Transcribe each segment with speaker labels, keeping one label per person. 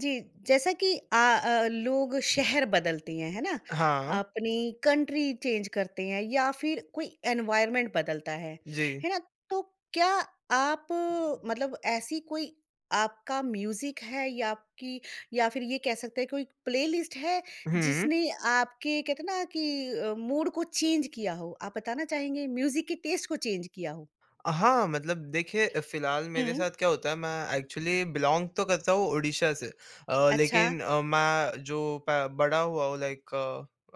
Speaker 1: जी, जैसा कि लोग शहर बदलते हैं, है ना?
Speaker 2: हाँ,
Speaker 1: अपनी कंट्री चेंज करते हैं या फिर कोई एनवायरनमेंट बदलता
Speaker 2: जी।
Speaker 1: है ना? तो क्या आप मतलब ऐसी कोई आपका म्यूज़िक है या आपकी या फिर ये कह सकते हैं कोई प्लेलिस्ट है
Speaker 2: हुँ।
Speaker 1: जिसने आपके कहते हैं ना कि मूड को चेंज किया हो? आप बताना चाहेंगे म्यूज़िक के टेस्ट को चेंज किया हो?
Speaker 2: हाँ, मतलब देखिए फ़िलहाल मेरे
Speaker 1: हुँ।
Speaker 2: साथ क्या होता है मैं एक्चुअली बिलॉन्ग तो करता हूँ ओडिशा से
Speaker 1: अच्छा।
Speaker 2: लेकिन मैं जो प बड़ा हुआ हूँ लाइक अ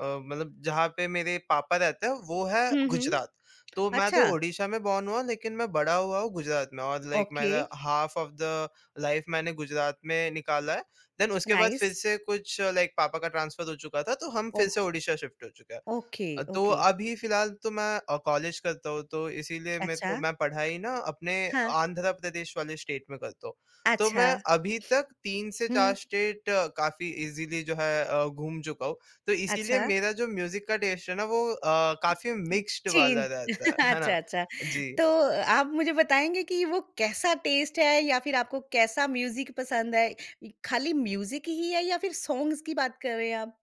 Speaker 2: अ, मतलब जहाँ पे मेरे पापा रहते हैं वो है
Speaker 1: हुँ, हुँ।
Speaker 2: गुजरात। तो मैं तो
Speaker 1: अच्छा,
Speaker 2: ओडिशा में बॉर्न हुआ लेकिन मैं बड़ा हुआ हूँ गुजरात में और लाइक
Speaker 1: ओके,
Speaker 2: मेरा हाल्फ ऑफ द लाइफ़ मैंने गुजरात में निकाला है। देन उसके बाद फिर
Speaker 1: नाइस।
Speaker 2: से कुछ लाइक पापा का ट्रांसफ़र हो चुका था तो हम फिर से ओडिशा शिफ्ट हो चुके हैं।
Speaker 1: ओके,
Speaker 2: तो
Speaker 1: ओके।
Speaker 2: अभी फ़िलहाल तो मैं कॉलेज करता हूँ, तो इसीलिए मेरे
Speaker 1: अच्छा,
Speaker 2: को मैं पढ़ाई ना अपने
Speaker 1: हाँ,
Speaker 2: आंध्र प्रदेश वाले स्टेट में करता हूँ। तो
Speaker 1: अच्छा,
Speaker 2: मैं अभी तक 3 से
Speaker 1: हुँ,
Speaker 2: 4 स्टेट काफ़ी इज़िली जो है घूम चुका हूँ। तो इसीलिए
Speaker 1: अच्छा,
Speaker 2: मेरा जो म्यूज़िक का टेस्ट है ना वो काफ़ी मिक्स्ड
Speaker 1: जी,
Speaker 2: वाला रहता है। है
Speaker 1: अच्छा,
Speaker 2: ना?
Speaker 1: अच्छा।
Speaker 2: जी।
Speaker 1: तो आप मुझे बताएँगे कि वो कैसा टेस्ट है या फिर आपको कैसा म्यूज़िक पसंद है? खाली म्यूज़िक ही है या फिर सॉन्ग्स की बात कर रहे हैं आप?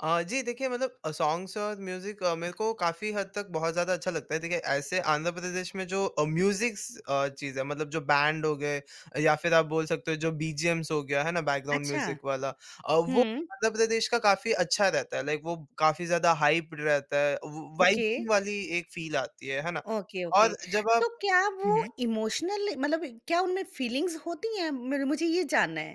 Speaker 2: जी देखिए मतलब सॉन्ग्स और म्यूज़िक मेरे को काफ़ी हद तक बहुत ज़्यादा अच्छा लगता है। देखिए ऐसे आंध्र प्रदेश में जो म्यूज़िक्स चीज़ है मतलब जो बैंड हो गए या फिर आप बोल सकते हो जो बीजीएम्स हो गया है ना बैकग्राउंड
Speaker 1: अच्छा,
Speaker 2: म्यूज़िक वाला वो
Speaker 1: हुँ,
Speaker 2: आंध्र प्रदेश का काफ़ी अच्छा रहता है। लाइक वो काफ़ी ज़्यादा हाइप्ड रहता है। व
Speaker 1: ओके।
Speaker 2: वाइबिंग वाली एक फ़ील आती है ना?
Speaker 1: Okay, okay.
Speaker 2: और जब आप।
Speaker 1: तो क्या
Speaker 2: हुँ,
Speaker 1: वो
Speaker 2: हुँ।
Speaker 1: इमोशनल मतलब क्या उनमें फीलिंग्स होती हैं? मेरे मुझे ये जानना है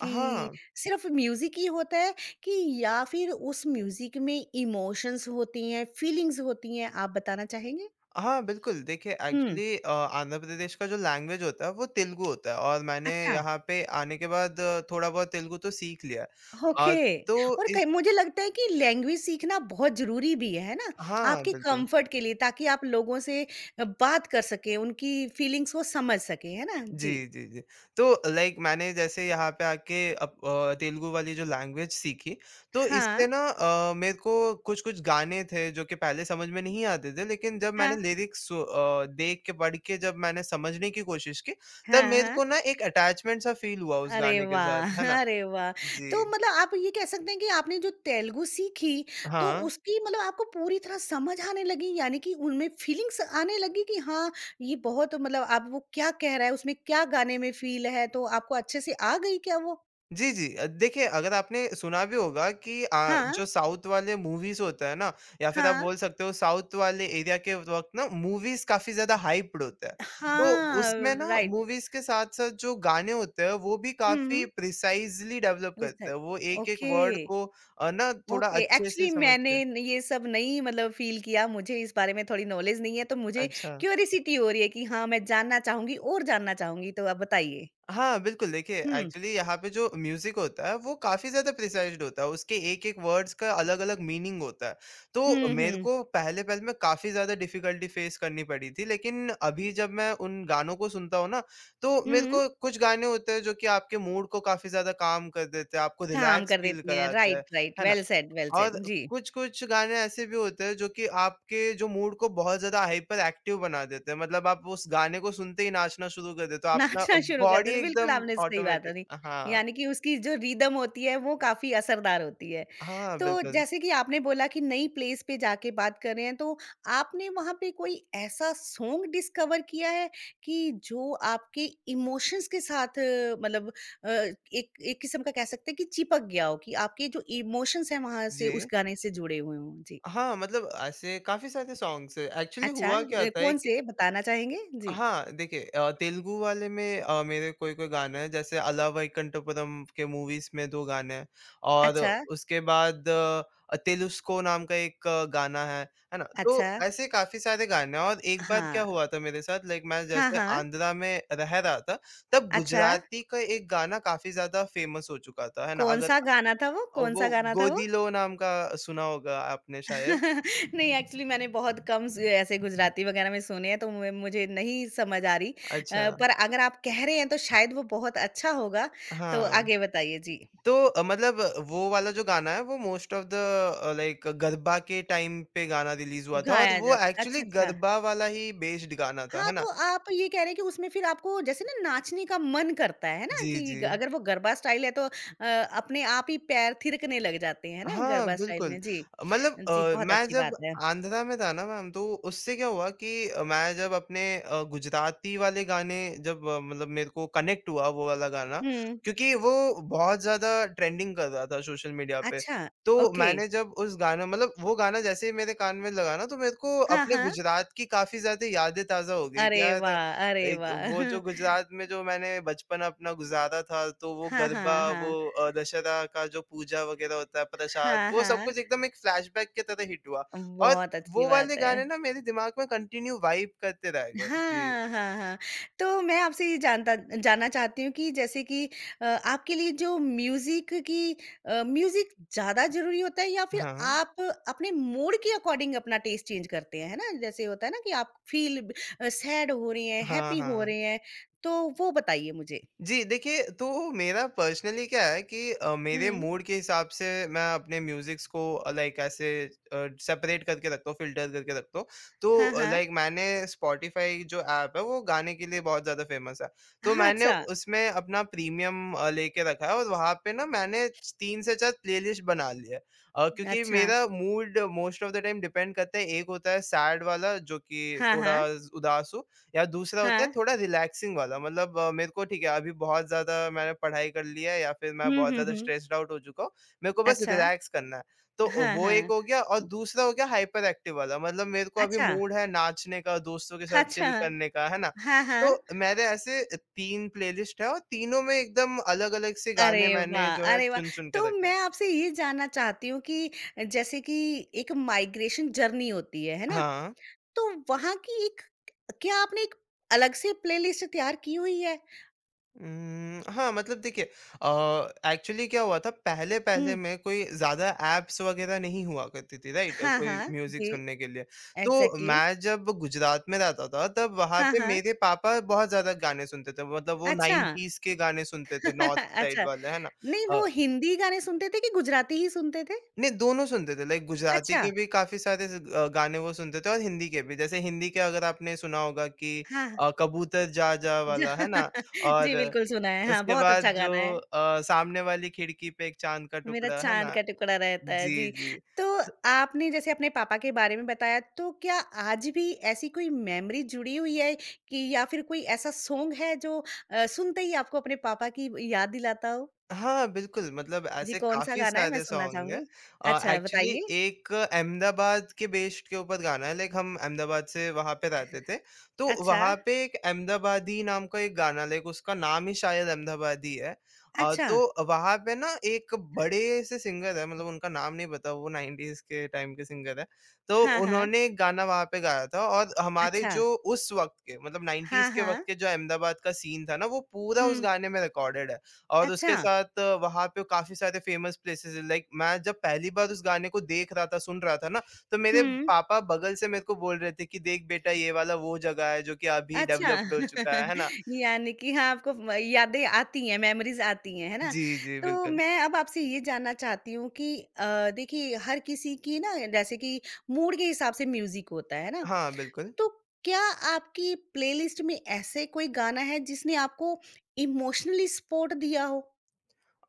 Speaker 1: कि
Speaker 2: हाँ।
Speaker 1: सिर्फ़ म्यूज़िक ही होता है कि या फिर उस म्यूज़िक में इमोशंस होती हैं, फीलिंग्स होती हैं? आप बताना चाहेंगे?
Speaker 2: हाँ, बिल्कुल। देखिए
Speaker 1: हुँ।
Speaker 2: एक्चुअली आंध्र प्रदेश का जो लैंग्वेज होता है वो तेलुगु होता है और मैंने
Speaker 1: अच्छा,
Speaker 2: यहाँ पे आने के बाद थोड़ा बहुत तेलुगु तो सीख लिया है।
Speaker 1: ओके
Speaker 2: अ, तो
Speaker 1: और कई
Speaker 2: इस
Speaker 1: मुझे लगता है कि लैंग्वेज सीखना बहुत ज़रूरी भी है ना?
Speaker 2: हाँ,
Speaker 1: आपके
Speaker 2: बिल्कुल।
Speaker 1: कम्फ़र्ट के लिए ताकि आप लोगों से बात कर सकें, उनकी फीलिंग्स को समझ सकें, है ना? जी।
Speaker 2: जी, जी, जी। तो लाइक मैंने जैसे यहाँ पे आके तेलुगु वाली जो लैंग्वेज सीखी तो
Speaker 1: हाँ,
Speaker 2: इससे ना मेरे को कुछ-कुछ गाने थे जो कि पहले समझ में नहीं आते थे लेकिन जब मैंने
Speaker 1: हाँ,
Speaker 2: लिरिक्स देख के पढ़ के जब मैंने समझने की कोशिश की तब
Speaker 1: हाँ,
Speaker 2: मेरे
Speaker 1: हाँ।
Speaker 2: को ना एक अटैचमेंट सा फ़ील हुआ उस
Speaker 1: अरे
Speaker 2: गाने के
Speaker 1: वाह!
Speaker 2: साथ, है ना?
Speaker 1: अरे वाह! तो
Speaker 2: जी,
Speaker 1: मतलब आप ये कह सकते हैं कि आपने जो तेलुगु सीखी, तो
Speaker 2: हाँ।
Speaker 1: उसकी मतलब आपको पूरी तरह समझ आने लगी, यानी कि उनमें फीलिंग्स आने लगी कि हाँ, ये बहुत मतलब आप वो क्या कह रहा है, उसमें क्या गाने में फ़ील है, तो आपको अच्छे से आ गई क्या वो?
Speaker 2: जी, जी। देखिए अगर आपने सुना भी होगा कि
Speaker 1: हाँ,
Speaker 2: जो साउथ वाले मूवीज़ होता है ना या फिर आप
Speaker 1: हाँ।
Speaker 2: बोल सकते हो साउथ वाले एरिया के वक़्त ना मूवीज़ काफ़ी ज़्यादा हाइप्ड होता है। तो
Speaker 1: हाँ,
Speaker 2: उसमें ना
Speaker 1: राइट।
Speaker 2: मूवीज़ के साथ-साथ जो गाने होते हैं वो भी
Speaker 1: हुँ, हुँ।
Speaker 2: काफ़ी प्रिसाइज़ली डेवलप करते
Speaker 1: रिसर्च।
Speaker 2: हैं। वो एक-एक
Speaker 1: ओके।
Speaker 2: वर्ड को ना थोड़ा
Speaker 1: ओके
Speaker 2: अच्छे से
Speaker 1: एक्चुअली
Speaker 2: समझ के।
Speaker 1: मैंने ये सब नहीं मतलब फील किया मुझे इस बारे में थोड़ी नॉलेज नहीं है तो मुझे
Speaker 2: अच्छा।
Speaker 1: क्यूरियसिटी हो रही है कि हाँ मैं जानना चाहूंगी और जानना चाहूंगी तो आप बताइए
Speaker 2: हाँ, बिल्कुल, देखिए
Speaker 1: हम्म
Speaker 2: एक्चुअली यहाँ पे जो म्यूज़िक होता है वो काफ़ी ज़्यादा प्रिसाइज़्ड होता है, उसके एक-एक वर्ड्स का अलग-अलग मीनिंग होता है। तो
Speaker 1: हम्म
Speaker 2: मेरे
Speaker 1: हम्म
Speaker 2: को पहले-पहले में काफ़ी ज़्यादा डिफ़िकल्टी फ़ेस करनी पड़ी थी, लेकिन अभी जब मैं उन गानों को सुनता हूँ ना, तो मेरे
Speaker 1: हम्म
Speaker 2: को कुछ गाने होते हैं जो कि आपके मूड को काफ़ी ज़्यादा काम कर देते हैं, आपको
Speaker 1: काम
Speaker 2: रिलैक्स
Speaker 1: कर
Speaker 2: फ़ील
Speaker 1: देते हैं
Speaker 2: कराते हैं,
Speaker 1: राइट राइट
Speaker 2: है ना?
Speaker 1: वेल
Speaker 2: और
Speaker 1: सेड जी
Speaker 2: कुछ-कुछ गाने ऐसे भी होते हैं जो कि आपके जो मूड को बहुत ज़्यादा हाइपर एक्टिव बना देते हैं। मतलब आप उस गाने को सुनते ही नाचना शुरू कर देते हो। अपना
Speaker 1: नाचना शुरू कर
Speaker 2: बॉडी
Speaker 1: देते बिल्कुल
Speaker 2: एकदम
Speaker 1: आपने सही बात
Speaker 2: ऑटोमेटिक।
Speaker 1: करी।
Speaker 2: हाँ।
Speaker 1: यानी कि उसकी जो रिदम होती है वो काफ़ी असरदार होती है।
Speaker 2: हाँ,
Speaker 1: तो
Speaker 2: बिल्कुल।
Speaker 1: जैसे कि आपने बोला कि नई प्लेस पे जाके बात कर रहे हैं तो आपने वहाँ पे कोई ऐसा सॉन्ग डिस्कवर किया है कि जो आपके इमोशंस के साथ मतलब एक एक किस्म का कह सकते हैं कि चिपक गया हो कि आपके जो इमोशंस हैं वहाँ से उस
Speaker 2: जी।
Speaker 1: गाने से जुड़े हुए हों? जी।
Speaker 2: हाँ, मतलब ऐसे काफ़ी सारे सॉन्ग्स हैं। एक्चुअली
Speaker 1: अच्छा
Speaker 2: हुआ क्या था
Speaker 1: कौन
Speaker 2: एक।
Speaker 1: से बताना चाहेंगे? जी।
Speaker 2: हाँ, देखिए तेलुगु वाले में मेरे कोई-कोई गाने हैं जैसे अला वैकुंठपुरम के मूवीज़ में 2 गाने हैं और
Speaker 1: अच्छा,
Speaker 2: उसके बाद तेलुस्को नाम का एक गाना है ना?
Speaker 1: अच्छा।
Speaker 2: तो ऐसे काफ़ी सारे गाने हैं और एक बार क्या
Speaker 1: हाँ।
Speaker 2: हुआ था मेरे साथ लाइक मैं
Speaker 1: हाँ,
Speaker 2: जैसे
Speaker 1: हाँ।
Speaker 2: आंध्रा में रह रहा था, तब
Speaker 1: अच्छा।
Speaker 2: गुजराती का एक गाना काफ़ी ज़्यादा फ़ेमस हो चुका था, है ना? अगर
Speaker 1: कौन-सा गाना था वो? कौन-सा
Speaker 2: वो
Speaker 1: गाना था वो?
Speaker 2: गोदीलो नाम का सुना होगा आपने शायद।
Speaker 1: नहीं एक्चुअली मैंने बहुत कम स ऐसे गुजराती वगैरह में सुने हैं तो मु मुझे नहीं समझ आ रही।
Speaker 2: अच्छा,
Speaker 1: पर अगर आप कह रहे हैं तो शायद वो बहुत अच्छा होगा, तो
Speaker 2: हाँ।
Speaker 1: आगे बताइए? जी।
Speaker 2: तो मतलब वो वाला जो गाना है वो most of the like garba के टाइम पे गाना रिलीज़ हुआ था और
Speaker 1: गाया
Speaker 2: वो
Speaker 1: जाता अच्छा,
Speaker 2: एक्चुअली
Speaker 1: अच्छा।
Speaker 2: गरबा वाला ही बेस्ड गाना था,
Speaker 1: हाँ,
Speaker 2: है ना?
Speaker 1: तो आप ये कह रहे हैं कि उसमें फिर आपको जैसे ना नाचने का मन करता है ना?
Speaker 2: जी,
Speaker 1: कि
Speaker 2: जी।
Speaker 1: अगर वो गरबा स्टाइल है तो अपने आप ही पैर थिरकने लग जाते हैं ना
Speaker 2: हाँ,
Speaker 1: गरबा स्टाइल
Speaker 2: बिल्कुल।
Speaker 1: में। जी।
Speaker 2: मतलब
Speaker 1: जी, बहुत
Speaker 2: मैं
Speaker 1: अच्छी
Speaker 2: जब
Speaker 1: बात है।
Speaker 2: आंध्रा में था ना मैम, तो उससे क्या हुआ कि मैं जब अपने गुजराती वाले गाने जब मतलब मेरे को कनेक्ट हुआ वो वाला गाना,
Speaker 1: हुँ।
Speaker 2: क्योंकि वो बहुत ज़्यादा ट्रेंडिंग कर रहा था सोशल मीडिया पे।
Speaker 1: अच्छा,
Speaker 2: तो
Speaker 1: ओके।
Speaker 2: मैंने जब उस गाना मतलब वो गाना जैसे ही मेरे कान में लगा ना, तो मेरे को
Speaker 1: हाँ,
Speaker 2: अपने
Speaker 1: हाँ।
Speaker 2: गुजरात की काफ़ी ज़्यादा यादें ताज़ा हो गई कि
Speaker 1: अरे
Speaker 2: यार
Speaker 1: वाह! अरे
Speaker 2: एक
Speaker 1: वाह!
Speaker 2: वो जो गुजरात में जो मैंने बचपन अपना गुज़ारा था, तो वो
Speaker 1: हाँ,
Speaker 2: गरबा,
Speaker 1: हाँ,
Speaker 2: वो
Speaker 1: हाँ।
Speaker 2: दशहरा का जो पूजा वग़ैरह होता है, प्रसाद,
Speaker 1: हाँ,
Speaker 2: वो सब
Speaker 1: हाँ।
Speaker 2: कुछ एकदम एक फ्लैशबैक की तरह हिट हुआ और
Speaker 1: बहुत अच्छी
Speaker 2: वो
Speaker 1: बात
Speaker 2: वाले
Speaker 1: है।
Speaker 2: गाने ना मेरे दिमाग में कंटिन्यू वाइब करते रह गए। जी।
Speaker 1: हाँ, हाँ, हाँ। तो मैं आपसे ये जानता जानना चाहती हूँ कि जैसे कि आपके लिए जो म्यूज़िक ज़्यादा ज़रूरी होता है या फिर
Speaker 2: हाँ।
Speaker 1: आप अपने मूड के अकॉर्डिंग अपना टेस्ट चेंज करते हैं, है ना? जैसे होता है ना कि आप फ़ील सैड हो रही हैं,
Speaker 2: हाँ,
Speaker 1: हैप्पी हो
Speaker 2: हाँ।
Speaker 1: रहे हैं, तो वो बताइए मुझे?
Speaker 2: जी, देखिए तो मेरा पर्सनली क्या है कि मेरे
Speaker 1: हुँ।
Speaker 2: मूड के हिसाब से मैं अपने म्यूज़िक्स को लाइक ऐसे सेपरेट करके रखता हूँ, फ़िल्टर करके रखता हूँ। तो
Speaker 1: हाँ, हाँ।
Speaker 2: लाइक मैंने स्पॉटिफ़ाई जो ऐप है वो गाने के लिए बहुत ज़्यादा फ़ेमस है। तो
Speaker 1: हाँ,
Speaker 2: मैंने
Speaker 1: अच्छा।
Speaker 2: उसमें अपना प्रीमियम लेके रखा है और वहाँ पे ना मैंने 3 से 4 प्लेलिस्ट बना ली है। क्योंकि
Speaker 1: अच्छा।
Speaker 2: मेरा mood most of the time depend करता है, एक होता है सैड वाला जो कि
Speaker 1: हाँ, हाँ।
Speaker 2: थोड़ा उदास हो या दूसरा होता है
Speaker 1: हाँ।
Speaker 2: थोड़ा रिलैक्सिंग वाला मतलब मेरे को ठीक है अभी बहुत ज़्यादा मैंने पढ़ाई कर ली है या फिर मैं
Speaker 1: हुँ,
Speaker 2: बहुत
Speaker 1: हुँ,
Speaker 2: ज़्यादा
Speaker 1: हुँ।
Speaker 2: स्ट्रेस्ड आउट हो चुका हूँ, मेरे को बस
Speaker 1: अच्छा,
Speaker 2: रिलैक्स करना है। तो
Speaker 1: हाँ,
Speaker 2: वो एक
Speaker 1: हाँ।
Speaker 2: हो गया और दूसरा हो गया हाइपर एक्टिव वाला मतलब मेरे को अभी
Speaker 1: अच्छा,
Speaker 2: मूड है नाचने का, दोस्तों के साथ
Speaker 1: अच्छा,
Speaker 2: चिल करने का, है ना?
Speaker 1: हाँ,
Speaker 2: तो
Speaker 1: हाँ।
Speaker 2: मेरे ऐसे 3 प्लेलिस्ट है और तीनों में एकदम अलग-अलग से गाने
Speaker 1: अरे
Speaker 2: मैंने
Speaker 1: वाह!
Speaker 2: जो है
Speaker 1: अरे वाह!
Speaker 2: चुन-चुन के
Speaker 1: तो
Speaker 2: रखा
Speaker 1: मैं
Speaker 2: है।
Speaker 1: आपसे ये जानना चाहती हूँ कि जैसे कि एक माइग्रेशन जर्नी होती है ना?
Speaker 2: हाँ।
Speaker 1: तो वहाँ की एक क्या आपने एक अलग से प्लेलिस्ट तैयार की हुई है?
Speaker 2: हाँ, मतलब देखिए एक्चुअली क्या हुआ था पहले-पहले
Speaker 1: हुँ।
Speaker 2: में कोई ज़्यादा ऐप्स वग़ैरह नहीं हुआ करती थी, राइट?
Speaker 1: हाँ,
Speaker 2: कोई
Speaker 1: हाँ।
Speaker 2: म्यूज़िक
Speaker 1: जी,
Speaker 2: सुनने के लिए। तो
Speaker 1: एग्ज़ैक्टली।
Speaker 2: मैं जब गुजरात में रहता था तब वहाँ
Speaker 1: हाँ,
Speaker 2: पे
Speaker 1: हाँ।
Speaker 2: मेरे पापा बहुत ज़्यादा गाने सुनते थे, मतलब वो
Speaker 1: अच्छा,
Speaker 2: 90s के गाने सुनते थे नॉर्थ साइड
Speaker 1: अच्छा।
Speaker 2: वाले, है ना?
Speaker 1: नहीं वो
Speaker 2: अ,
Speaker 1: हिंदी गाने सुनते थे कि गुजराती ही सुनते थे?
Speaker 2: नहीं दोनों सुनते थे लाइक गुजराती
Speaker 1: अच्छा,
Speaker 2: के भी काफ़ी सारे गाने वो सुनते थे और हिंदी के भी। जैसे हिंदी के अगर आपने सुना होगा कि
Speaker 1: हाँ।
Speaker 2: कबूतर जा जा
Speaker 1: ज
Speaker 2: वाला, है ना?
Speaker 1: जी,
Speaker 2: और
Speaker 1: बिल्कुल सुना है। हाँ,
Speaker 2: उसके
Speaker 1: बहुत
Speaker 2: बाद
Speaker 1: अच्छा
Speaker 2: जो
Speaker 1: गाना है।
Speaker 2: सामने वाली खिड़की पे एक चाँद का
Speaker 1: मेरा
Speaker 2: टुकड़ा, है
Speaker 1: चाँद
Speaker 2: ना?
Speaker 1: का टुकड़ा रहता है,
Speaker 2: जी,
Speaker 1: जी।
Speaker 2: जी।
Speaker 1: तो आपने जैसे अपने पापा के बारे में बताया, तो क्या आज भी ऐसी कोई मेमोरी जुड़ी हुई है कि या फिर कोई ऐसा सॉन्ग है जो सुनते ही आपको अपने पापा की याद दिलाता हो?
Speaker 2: हाँ, बिल्कुल, मतलब
Speaker 1: जी,
Speaker 2: ऐसे
Speaker 1: कौन-सा
Speaker 2: काफ़ी
Speaker 1: गाना है? मैं
Speaker 2: सारे
Speaker 1: सुनना
Speaker 2: सॉन्ग हैं।
Speaker 1: चाहूँगी। अच्छा,
Speaker 2: एक्चुअली
Speaker 1: बताइए।
Speaker 2: एक अहमदाबाद के बेस्ड के ऊपर गाना है, लाइक हम अहमदाबाद से वहाँ पे रहते थे, तो
Speaker 1: अच्छा,
Speaker 2: वहाँ पे एक अहमदाबादी नाम का एक गाना लाइक उसका नाम ही शायद अहमदाबादी है।
Speaker 1: अच्छा।
Speaker 2: तो वहाँ पे ना एक बड़े से सिंगर है, मतलब उनका नाम नहीं पता, वो 90s के टाइम के सिंगर है। तो
Speaker 1: हाँ, हाँ।
Speaker 2: उन्होंने एक गाना वहाँ पे गाया था और हमारे
Speaker 1: अच्छा।
Speaker 2: जो उस वक़्त के मतलब
Speaker 1: हाँ,
Speaker 2: 90s के वक़्त
Speaker 1: हाँ।
Speaker 2: के जो अहमदाबाद का सीन था ना, वो पूरा उस
Speaker 1: हुँ।
Speaker 2: गाने में रिकॉर्डेड है। और
Speaker 1: अच्छा।
Speaker 2: उसके साथ वहाँ पे काफ़ी सारे फ़ेमस प्लेसेस हैं, लाइक मैं जब पहली बार उस गाने को देख रहा था, सुन रहा था ना, तो मेरे
Speaker 1: हुँ।
Speaker 2: पापा बगल से मेरे को बोल रहे थे कि, "देख बेटा ये वाला वो जगह है, जो कि अभी
Speaker 1: अच्छा।
Speaker 2: डेवलप्ड हो चुका है।" है ना?
Speaker 1: यानी कि हाँ, आपको म यादें आती हैं, मेमोरीज़ आती हैं, है ना?
Speaker 2: जी, जी,
Speaker 1: तो
Speaker 2: बिल्कुल।
Speaker 1: मैं अब आपसे ये जानना चाहती हूँ कि देखिए हर किसी की ना जैसे कि मूड के हिसाब से म्यूज़िक होता है ना?
Speaker 2: हाँ, बिल्कुल।
Speaker 1: तो क्या आपकी प्लेलिस्ट में ऐसे कोई गाना है जिसने आपको इमोशनली सपोर्ट दिया हो?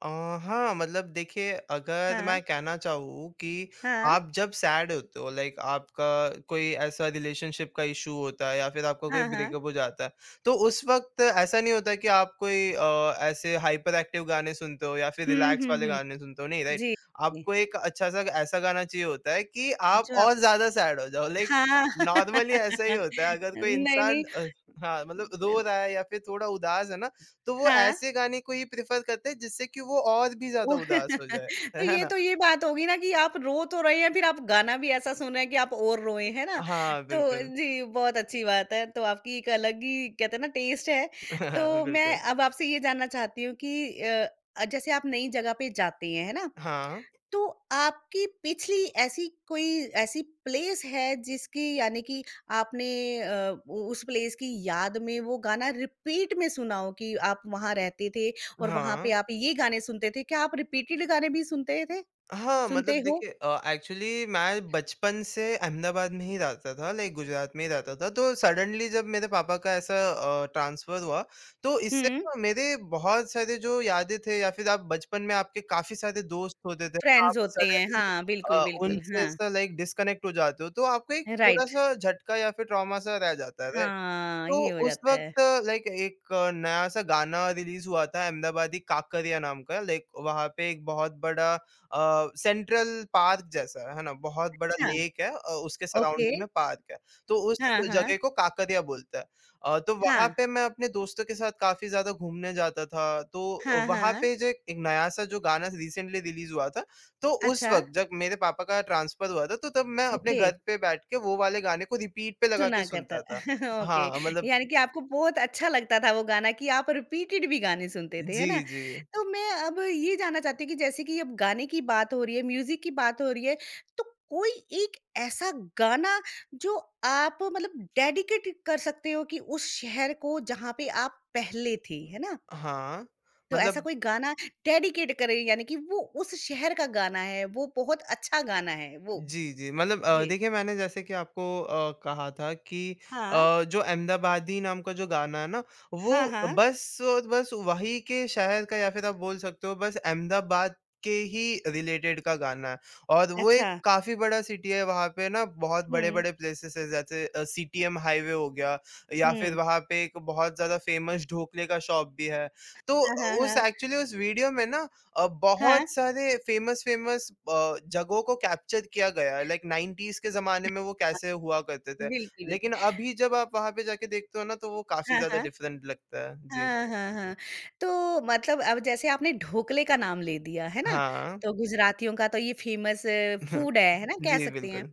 Speaker 2: अ, हाँ, मतलब देखिए अगर
Speaker 1: हाँ,
Speaker 2: मैं कहना चाहूँ कि
Speaker 1: हाँ,
Speaker 2: आप जब सैड होते हो लाइक आपका कोई ऐसा रिलेशनशिप का इश्यू होता है या फिर आपका कोई
Speaker 1: हाँ, हाँ।
Speaker 2: ब्रेकअप हो जाता है, तो उस वक़्त ऐसा नहीं होता कि आप कोई ऐसे हाइपर एक्टिव गाने सुनते हो या फिर
Speaker 1: हुँ,
Speaker 2: रिलैक्स
Speaker 1: हुँ,
Speaker 2: वाले
Speaker 1: हुँ।
Speaker 2: गाने सुनते हो, नहीं राइट?
Speaker 1: जी, जी।
Speaker 2: आपको एक अच्छा-सा ऐसा गाना चाहिए होता है कि आप
Speaker 1: जो आप
Speaker 2: और ज़्यादा सैड हो जाओ लाइक
Speaker 1: हाँ।
Speaker 2: नॉर्मली ऐसा ही होता है अगर कोई
Speaker 1: नहीं, नहीं।
Speaker 2: इंसान हाँ, मतलब रो रहा है या फिर थोड़ा उदास है ना तो वो
Speaker 1: हाँ।
Speaker 2: ऐसे गाने को ही प्रेफ़र करते हैं जिससे कि वो और भी ज़्यादा
Speaker 1: ओह!
Speaker 2: उदास हो जाए, है ना?
Speaker 1: तो ये बात होगी ना कि आप रो तो रहे हैं, फिर आप गाना भी ऐसा सुन रहे हैं कि आप और रोए, है ना?
Speaker 2: हाँ,
Speaker 1: तो
Speaker 2: बिल्कुल।
Speaker 1: जी, बहुत अच्छी बात है। तो आपकी एक अलग ही कहते हैं ना टेस्ट है। तो मैं
Speaker 2: बिल्कुल।
Speaker 1: अब आपसे ये जानना चाहती हूँ कि जैसे आप नई जगह पे जाते हैं, है ना?
Speaker 2: हाँ,
Speaker 1: तो आपकी पिछली ऐसी कोई ऐसी प्लेस है जिसकी यानी कि आपने उस प्लेस की याद में वो गाना रिपीट में सुना हो कि आप वहां रहते थे और वहां पे
Speaker 2: हाँ।
Speaker 1: आप ये गाने सुनते थे क्या आप रिपीटेड गाने भी सुनते थे
Speaker 2: हाँ, मतलब
Speaker 1: सुनते हो
Speaker 2: देखिए एक्चुअली मैं बचपन से अहमदाबाद में ही रहता था, लाइक गुजरात में ही रहता था, तो सडनली जब मेरे पापा का ऐसा ट्रांसफ़र हुआ, तो इससे
Speaker 1: हम्म
Speaker 2: ना मेरे बहुत सारे जो यादें थे या फिर आप बचपन में आपके काफ़ी सारे दोस्त होते थे, आप
Speaker 1: फ्रेंड्स होते हैं
Speaker 2: सडनली
Speaker 1: हाँ बिल्कुल बिल्कुल
Speaker 2: उनसे
Speaker 1: हाँ
Speaker 2: ऐसा लाइक डिस्कनेक्ट हो जाते हो, तो आपको एक
Speaker 1: राइट
Speaker 2: थोड़ा-सा झटका या फिर ट्रॉमा सा रह जाता है, राइट?
Speaker 1: हाँ
Speaker 2: तो
Speaker 1: ये हो
Speaker 2: उस
Speaker 1: जाता है
Speaker 2: वक़्त लाइक एक नया-सा गाना रिलीज़ हुआ था अहमदाबादी काकरिया नाम का लाइक वहाँ पे एक बहुत बड़ा सेंट्रल पार्क जैसा है ना? बहुत बड़ा
Speaker 1: हाँ
Speaker 2: लेक है उसके
Speaker 1: ओके
Speaker 2: सराउंडिंग में पार्क है। तो उस
Speaker 1: हाँ हाँ
Speaker 2: जगह को काकरिया बोलते हैं। तो वहाँ
Speaker 1: हाँ
Speaker 2: पे मैं अपने दोस्तों के साथ काफ़ी ज़्यादा घूमने जाता था। तो
Speaker 1: हाँ
Speaker 2: वहाँ
Speaker 1: हाँ
Speaker 2: पे जो एक नया-सा जो गाना रिसेंटली रिलीज़ हुआ था, तो उस
Speaker 1: अच्छा
Speaker 2: वक़्त जब मेरे पापा का ट्रांसफ़र हुआ था, तो तब मैं अपने
Speaker 1: ओके
Speaker 2: घर पे बैठ के वो वाले गाने को रिपीट पे लगा
Speaker 1: सुना
Speaker 2: के
Speaker 1: करता
Speaker 2: सुनता
Speaker 1: था।
Speaker 2: था।
Speaker 1: ओके,
Speaker 2: हाँ, मतलब
Speaker 1: यानी कि आपको बहुत अच्छा लगता था वो गाना कि आप रिपीटेड भी गाने सुनते थे, है
Speaker 2: जी,
Speaker 1: ना?
Speaker 2: जी।
Speaker 1: तो मैं अब ये जानना चाहती हूँ कि जैसे कि अब गाने की बात हो रही है, म्यूज़िक की बात हो रही है, तो कोई एक ऐसा गाना जो आप मतलब डेडिकेट कर सकते हो कि उस शहर को जहाँ पे आप पहले थे, है ना?
Speaker 2: हाँ।
Speaker 1: तो ऐसा
Speaker 2: मतलब
Speaker 1: कोई गाना डेडिकेट करें यानी कि वो उस शहर का गाना है, वो बहुत अच्छा गाना है वो?
Speaker 2: जी, जी। मतलब
Speaker 1: जी।
Speaker 2: देखिए मैंने जैसे कि आपको कहा था कि
Speaker 1: हाँ।
Speaker 2: जो अहमदाबादी नाम का जो गाना है ना,
Speaker 1: हाँ,
Speaker 2: वो
Speaker 1: हाँ।
Speaker 2: बस बस वहीं के शहर का या फिर आप बोल सकते हो बस अहमदाबाद के ही रिलेटेड का गाना है। और वो
Speaker 1: अच्छा।
Speaker 2: एक काफ़ी बड़ा सिटी है, वहाँ पे ना बहुत
Speaker 1: हुँ।
Speaker 2: बड़े-बड़े प्लेसेस है जैसे सीटीएम हाईवे हो गया या फिर
Speaker 1: हुँ।
Speaker 2: वहाँ पे एक बहुत ज़्यादा फेमस ढोकले का शॉप भी है। तो
Speaker 1: हाँ, हाँ,
Speaker 2: उस
Speaker 1: हाँ।
Speaker 2: एक्चुअली उस वीडियो में ना
Speaker 1: हाँ,
Speaker 2: बहुत सारे फ़ेमस-फ़ेमस जगहों को कैप्चर किया गया है, लाइक 90s के ज़माने में वो कैसे हुआ करते थे।
Speaker 1: बिल्कुल, बिल्कुल।
Speaker 2: लेकिन अभी जब आप वहाँ पे जाके देखते हो ना, तो वो काफ़ी
Speaker 1: हाँ,
Speaker 2: ज़्यादा
Speaker 1: हाँ।
Speaker 2: डिफरेंट लगता है। जी।
Speaker 1: हाँ, हाँ, हाँ। तो मतलब अब जैसे आपने ढोकले का नाम ले दिया, है ना?
Speaker 2: हाँ।
Speaker 1: तो गुजरातियों का तो ये फ़ेमस फूड है ना? कह
Speaker 2: जी,
Speaker 1: सकते हैं।
Speaker 2: बिल्कुल।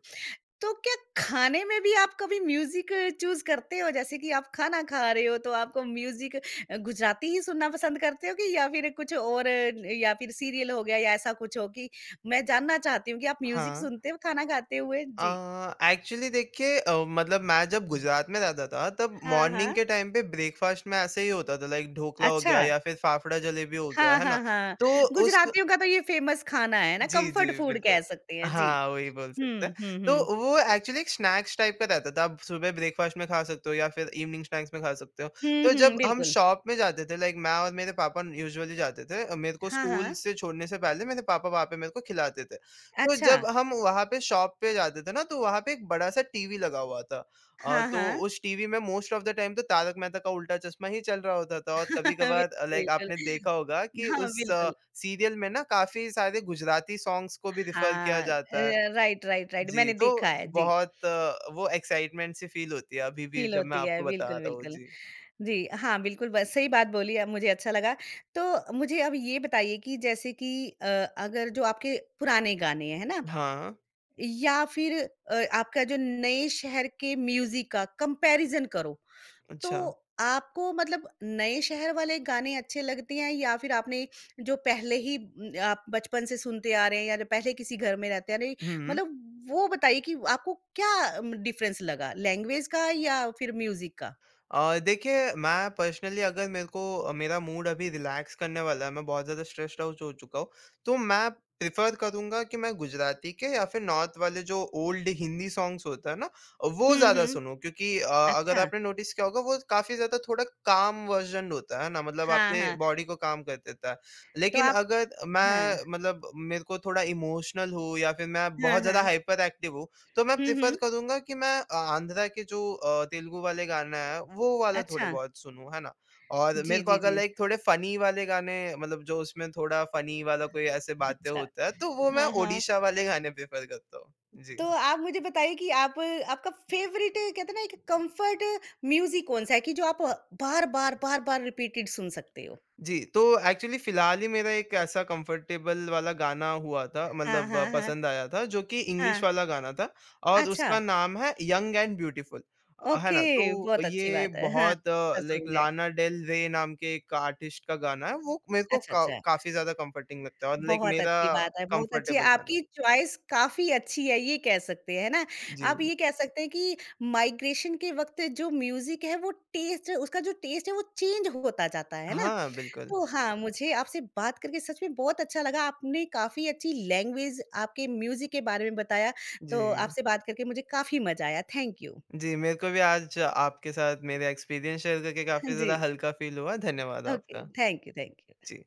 Speaker 1: तो क्या खाने में भी आप कभी म्यूज़िक चूज़ करते हो? जैसे कि आप खाना खा रहे हो तो आपको म्यूज़िक गुजराती ही सुनना पसंद करते हो कि या फिर कुछ और या फिर सीरियल हो गया या ऐसा कुछ हो कि मैं जानना चाहती हूँ कि आप म्यूज़िक
Speaker 2: हाँ।
Speaker 1: सुनते हो खाना खाते हुए?
Speaker 2: अ,
Speaker 1: जी।
Speaker 2: एक्चुअली देखिए मतलब मैं जब गुजरात में रहता था, तब
Speaker 1: हाँ,
Speaker 2: मॉर्निंग
Speaker 1: हाँ।
Speaker 2: के टाइम पे ब्रेकफ़ास्ट में ऐसे ही होता था, लाइक ढोकला हो
Speaker 1: अच्छा।
Speaker 2: गया या फिर फाफड़ा जलेबी हो गया,
Speaker 1: हाँ,
Speaker 2: है ना?
Speaker 1: हाँ, हाँ।
Speaker 2: तो उस
Speaker 1: गुजरातियों का तो ये फ़ेमस खाना है ना,
Speaker 2: जी,
Speaker 1: कम्फ़र्ट
Speaker 2: जी,
Speaker 1: फूड
Speaker 2: बिल्कुल।
Speaker 1: कह सकते हैं। जी।
Speaker 2: हाँ, वही बोल सकते
Speaker 1: हुँ,
Speaker 2: हैं।
Speaker 1: हुँ, हुँ।
Speaker 2: तो वो एक्चुअली एक स्नैक्स टाइप का रहता था। आप सुबह ब्रेकफ़ास्ट में खा सकते हो या फिर इवनिंग स्नैक्स में खा सकते हो।
Speaker 1: हुँ,
Speaker 2: तो
Speaker 1: हुँ,
Speaker 2: जब हम
Speaker 1: बिल्कुल।
Speaker 2: शॉप में जाते थे लाइक मैं और मेरे पापा यूजुअली जाते थे। मेरे को
Speaker 1: हाँ,
Speaker 2: स्कूल
Speaker 1: हाँ।
Speaker 2: से छोड़ने से पहले मेरे पापा वहाँ पे मेरे को खिलाते थे। तो
Speaker 1: अच्छा।
Speaker 2: जब हम वहाँ पे शॉप पे जाते थे ना तो वहाँ पे एक बड़ा-सा टीवी लगा हुआ था।
Speaker 1: हाँ,
Speaker 2: तो
Speaker 1: हाँ।
Speaker 2: उस टीवी में मोस्ट ऑफ द टाइम तो तारक मेहता का उल्टा चश्मा ही चल रहा होता था और कभी-कभार
Speaker 1: बिल्कुल,
Speaker 2: लाइक
Speaker 1: बिल्कुल।
Speaker 2: आपने देखा होगा कि
Speaker 1: हाँ,
Speaker 2: उस
Speaker 1: बिल्कुल।
Speaker 2: सीरियल में ना काफ़ी सारे गुजराती सॉन्ग्स को भी रिफ़र किया
Speaker 1: हाँ।
Speaker 2: जाता है।
Speaker 1: Right, right, right.
Speaker 2: जी,
Speaker 1: मैंने देखा
Speaker 2: तो
Speaker 1: है। जी।
Speaker 2: बहुत वो एक्साइटमेंट सी फ़ील होती है अभी भी
Speaker 1: फ़ील
Speaker 2: जब मैं
Speaker 1: होती है।
Speaker 2: आपको बता
Speaker 1: बिल्कुल,
Speaker 2: रहा हूँ।
Speaker 1: बिल्कुल।
Speaker 2: जी।
Speaker 1: जी, हाँ, बिल्कुल ब सही बात बोली मुझे अच्छा लगा। तो मुझे अब ये बताइए कि जैसे कि अ, अगर जो आपके पुराने गाने हैं, है ना?
Speaker 2: हाँ,
Speaker 1: या फिर आपका जो नए शहर के म्यूजिक का कंपैरिजन करो तो
Speaker 2: अच्छा।
Speaker 1: आपको मतलब नए शहर वाले गाने अच्छे लगते हैं या फिर आपने जो पहले ही आप बचपन से सुनते आ रहे हैं या जो पहले किसी घर में रहते आ रहे हैं,
Speaker 2: हुँ।
Speaker 1: मतलब वो बताइए कि आपको क्या डिफरेंस लगा लैंग्वेज का या फिर म्यूजिक का
Speaker 2: देखिए मैं पर्सनली अगर मेरे को मेरा मूड अभी रिलैक्स करने वाला है मैं बहुत ज़्यादा स्ट्रेस्ड आउट हो चुका हूँ तो मैं प्रिफ़र करूँगा कि मैं गुजराती के या फिर नॉर्थ वाले जो ओल्ड हिंदी सॉन्ग्स होता है ना वो
Speaker 1: हम्म
Speaker 2: ज़्यादा
Speaker 1: हम्म
Speaker 2: सुनूँ क्योंकि अगर
Speaker 1: अच्छा
Speaker 2: आपने नोटिस किया होगा वो काफ़ी ज़्यादा थोड़ा काम वर्जन होता है ना मतलब
Speaker 1: हाँ
Speaker 2: आपके
Speaker 1: हाँ
Speaker 2: बॉडी को काम कर देता है
Speaker 1: तो
Speaker 2: लेकिन
Speaker 1: आप
Speaker 2: अगर
Speaker 1: हाँ
Speaker 2: मैं मतलब मेरे को थोड़ा इमोशनल हूँ या फिर मैं
Speaker 1: हाँ
Speaker 2: बहुत
Speaker 1: हाँ
Speaker 2: ज़्यादा हाइपर एक्टिव हूँ तो मैं
Speaker 1: हम्म हम्म
Speaker 2: प्रेफ़र करूँगा कि मैं आंध्रा के जो तेलुगु वाले गाना है, वो वाला थोड़े
Speaker 1: अच्छा
Speaker 2: बहुत सुनूँ, है ना? और
Speaker 1: जी
Speaker 2: मेरे को
Speaker 1: जी
Speaker 2: अगर
Speaker 1: जी
Speaker 2: लाइक थोड़े फ़नी वाले गाने मतलब जो उसमें थोड़ा फ़नी वाला कोई ऐसे बातें
Speaker 1: अच्छा
Speaker 2: होता है, तो वो मैं
Speaker 1: हाँ हाँ
Speaker 2: ओडिशा वाले गाने प्रेफ़र करता हूँ। जी।
Speaker 1: तो आप मुझे बताइए कि आप आपका फेवरेट कहते हैं ना एक कंफर्ट म्यूजिक कौन सा है कि जो आप बार बार बार बार रिपीटेड सुन सकते हो
Speaker 2: जी, तो एक्चुअली फ़िलहाल ही मेरा एक ऐसा कम्फ़र्टेबल वाला गाना हुआ था
Speaker 1: हाँ
Speaker 2: मतलब
Speaker 1: हाँ हाँ
Speaker 2: पसंद आया था जो कि इंग्लिश
Speaker 1: हाँ
Speaker 2: वाला गाना था और
Speaker 1: अच्छा
Speaker 2: उसका नाम है यंग एंड ब्यूटीफुल। है
Speaker 1: ओके
Speaker 2: ना? तो
Speaker 1: बहुत अच्छी
Speaker 2: ये
Speaker 1: बात है हाँ
Speaker 2: बहुत
Speaker 1: अच्छा
Speaker 2: लाइक
Speaker 1: सॉन्ग है
Speaker 2: लाना डेल रे नाम के एक आर्टिस्ट का गाना है वो मेरे को
Speaker 1: अच्छा
Speaker 2: का
Speaker 1: अच्छा
Speaker 2: काफ़ी ज़्यादा कम्फ़र्टिंग लगता है और लाइक
Speaker 1: बहुत
Speaker 2: मेरा
Speaker 1: अच्छी बात है बहुत अच्छी
Speaker 2: कम्फ़र्टेबल गाना।
Speaker 1: आपकी चॉइस काफी अच्छी है ये कह सकते हैं ना आप
Speaker 2: जी।
Speaker 1: ये कह सकते हैं कि माइग्रेशन के वक्त जो म्यूजिक है वो टेस्ट उसका जो टेस्ट है वो चेंज होता जाता है ना
Speaker 2: हाँ, बिल्कुल।
Speaker 1: तो हाँ, मुझे आपसे बात करके सच में बहुत अच्छा लगा। आपने काफ़ी अच्छी लैंग्वेज, आपके म्यूज़िक के बारे में बताया, तो
Speaker 2: जी।
Speaker 1: आपसे बात करके मुझे काफ़ी मज़ा आया। Thank you.
Speaker 2: जी, मेरे को भी आज आपके साथ मेरा एक्सपीरियंस शेयर करके
Speaker 1: हाँ
Speaker 2: काफ़ी
Speaker 1: जी।
Speaker 2: ज़्यादा हल्का फ़ील हुआ। धन्यवाद
Speaker 1: ओके,
Speaker 2: आपका।
Speaker 1: Thank you, thank you.
Speaker 2: Ji.